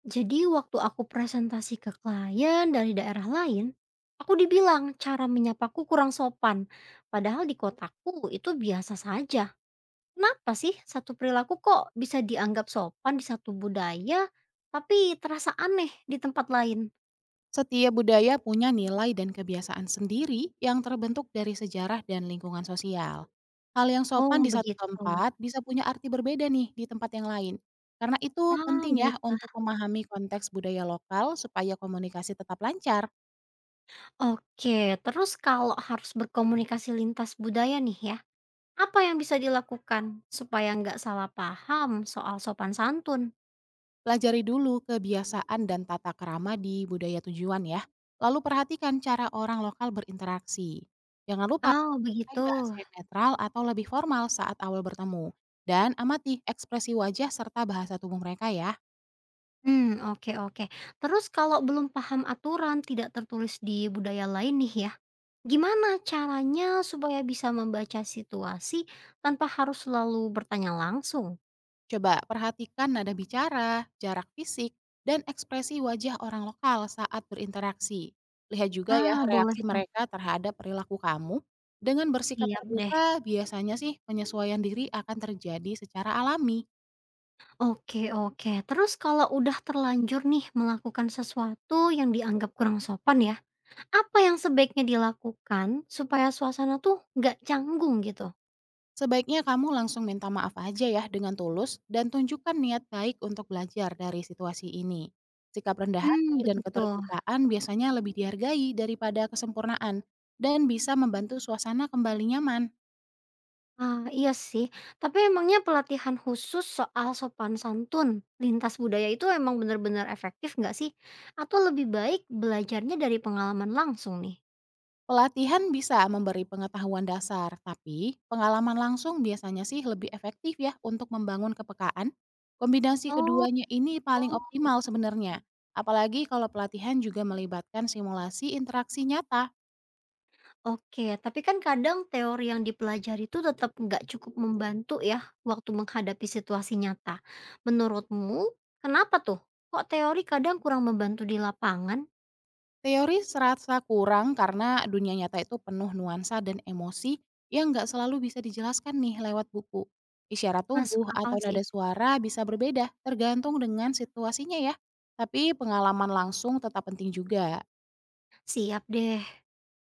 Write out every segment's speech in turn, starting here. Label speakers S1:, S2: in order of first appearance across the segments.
S1: Jadi waktu aku presentasi ke klien dari daerah lain, aku dibilang cara menyapaku kurang sopan. Padahal di kotaku itu biasa saja. Kenapa sih satu perilaku kok bisa dianggap sopan di satu budaya, tapi terasa aneh di tempat lain?
S2: Setiap budaya punya nilai dan kebiasaan sendiri yang terbentuk dari sejarah dan lingkungan sosial. Hal yang sopan
S1: Oh
S2: di satu
S1: begitu.
S2: tempat bisa punya arti berbeda nih di tempat yang lain. Karena itu
S1: Ah
S2: penting ya
S1: baiklah.
S2: untuk memahami konteks budaya lokal supaya komunikasi tetap lancar.
S1: Oke, terus kalau harus berkomunikasi lintas budaya nih ya, apa yang bisa dilakukan supaya nggak salah paham soal sopan santun?
S2: Pelajari dulu kebiasaan dan tata kerama di budaya tujuan ya. Lalu perhatikan cara orang lokal berinteraksi. Jangan lupa
S1: Oh
S2: pakai
S1: begitu.
S2: bahasa yang netral atau lebih formal saat awal bertemu. Dan amati ekspresi wajah serta bahasa tubuh mereka ya.
S1: Hmm, oke oke. Terus kalau belum paham aturan tidak tertulis di budaya lain nih ya, gimana caranya supaya bisa membaca situasi tanpa harus selalu bertanya langsung?
S2: Coba perhatikan nada bicara, jarak fisik, dan ekspresi wajah orang lokal saat berinteraksi. Lihat juga ya
S1: Ah, boleh
S2: reaksi
S1: tuh,
S2: mereka terhadap perilaku kamu. Dengan bersikap
S1: siap deh.
S2: terbuka, biasanya sih penyesuaian diri akan terjadi secara alami.
S1: Oke oke, terus kalau udah terlanjur nih melakukan sesuatu yang dianggap kurang sopan ya, apa yang sebaiknya dilakukan supaya suasana tuh nggak canggung gitu?
S2: Sebaiknya kamu langsung minta maaf aja ya dengan tulus dan tunjukkan niat baik untuk belajar dari situasi ini. Sikap rendah hati
S1: Hmm,
S2: dan
S1: begitu.
S2: keterbukaan biasanya lebih dihargai daripada kesempurnaan, dan bisa membantu suasana kembali nyaman.
S1: Ah, iya sih, tapi emangnya pelatihan khusus soal sopan santun lintas budaya itu emang benar-benar efektif nggak sih? Atau lebih baik belajarnya dari pengalaman langsung nih?
S2: Pelatihan bisa memberi pengetahuan dasar, tapi pengalaman langsung biasanya sih lebih efektif ya untuk membangun kepekaan. Kombinasi
S1: Oh,
S2: keduanya ini paling
S1: gitu.
S2: optimal sebenarnya, apalagi kalau pelatihan juga melibatkan simulasi interaksi nyata.
S1: Oke, tapi kan kadang teori yang dipelajari itu tetap nggak cukup membantu ya waktu menghadapi situasi nyata. Menurutmu, kenapa tuh? Kok teori kadang kurang membantu di lapangan?
S2: Teori serasa kurang karena dunia nyata itu penuh nuansa dan emosi yang nggak selalu bisa dijelaskan nih lewat buku. Isyarat
S1: Masuk
S2: tubuh
S1: akal
S2: atau nada
S1: sih.
S2: suara bisa berbeda tergantung dengan situasinya ya. Tapi pengalaman langsung tetap penting juga.
S1: Siap deh.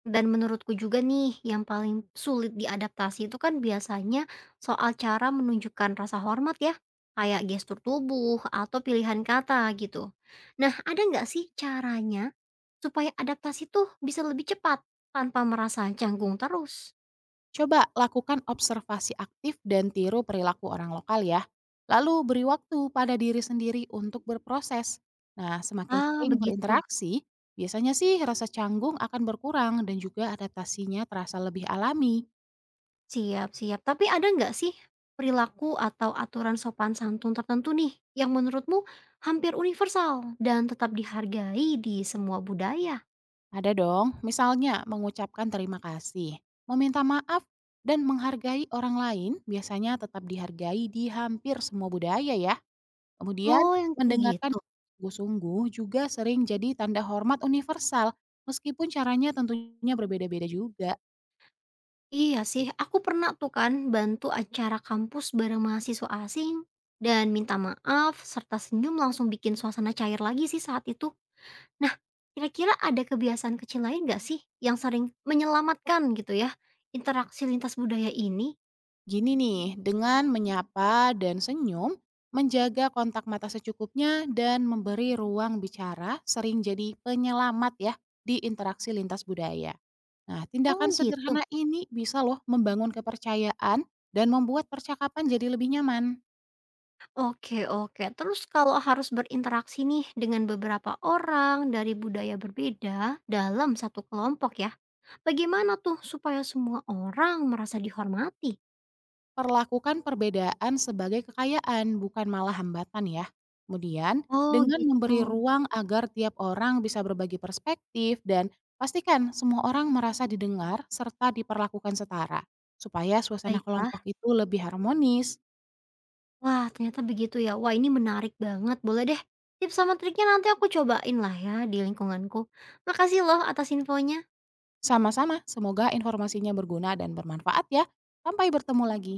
S1: Dan menurutku juga nih yang paling sulit diadaptasi itu kan biasanya soal cara menunjukkan rasa hormat ya, kayak gestur tubuh atau pilihan kata gitu. Nah, ada nggak sih caranya supaya adaptasi tuh bisa lebih cepat tanpa merasa canggung terus?
S2: Coba lakukan observasi aktif dan tiru perilaku orang lokal ya. Lalu beri waktu pada diri sendiri untuk berproses. Nah, semakin
S1: Ah,
S2: sering
S1: begitu.
S2: berinteraksi, biasanya sih rasa canggung akan berkurang dan juga adaptasinya terasa lebih alami.
S1: Siap-siap. Tapi ada nggak sih perilaku atau aturan sopan santun tertentu nih yang menurutmu hampir universal dan tetap dihargai di semua budaya?
S2: Ada dong, misalnya mengucapkan terima kasih, meminta maaf, dan menghargai orang lain biasanya tetap dihargai di hampir semua budaya ya. Kemudian
S1: Oh, yang kayak
S2: mendengarkan
S1: gitu.
S2: sungguh-sungguh juga sering jadi tanda hormat universal, meskipun caranya tentunya berbeda-beda juga.
S1: Iya sih, aku pernah tuh kan bantu acara kampus bareng mahasiswa asing dan minta maaf serta senyum langsung bikin suasana cair lagi sih saat itu. Nah, kira-kira ada kebiasaan kecil lain gak sih yang sering menyelamatkan gitu ya interaksi lintas budaya ini?
S2: Gini nih, dengan menyapa dan senyum, menjaga kontak mata secukupnya dan memberi ruang bicara sering jadi penyelamat ya di interaksi lintas budaya. Nah, tindakan
S1: Oh gitu.
S2: sederhana ini bisa loh membangun kepercayaan dan membuat percakapan jadi lebih nyaman.
S1: Oke, oke. Terus kalau harus berinteraksi nih dengan beberapa orang dari budaya berbeda dalam satu kelompok ya, bagaimana tuh supaya semua orang merasa dihormati?
S2: Perlakukan perbedaan sebagai kekayaan, bukan malah hambatan ya. Kemudian,
S1: Oh
S2: dengan
S1: gitu.
S2: memberi ruang agar tiap orang bisa berbagi perspektif dan pastikan semua orang merasa didengar serta diperlakukan setara, supaya suasana
S1: Baiklah.
S2: kelompok itu lebih harmonis.
S1: Wah, ternyata begitu ya. Wah, ini menarik banget. Boleh deh. Tips sama triknya nanti aku cobain lah ya di lingkunganku. Makasih loh atas infonya.
S2: Sama-sama, semoga informasinya berguna dan bermanfaat ya. Sampai bertemu lagi.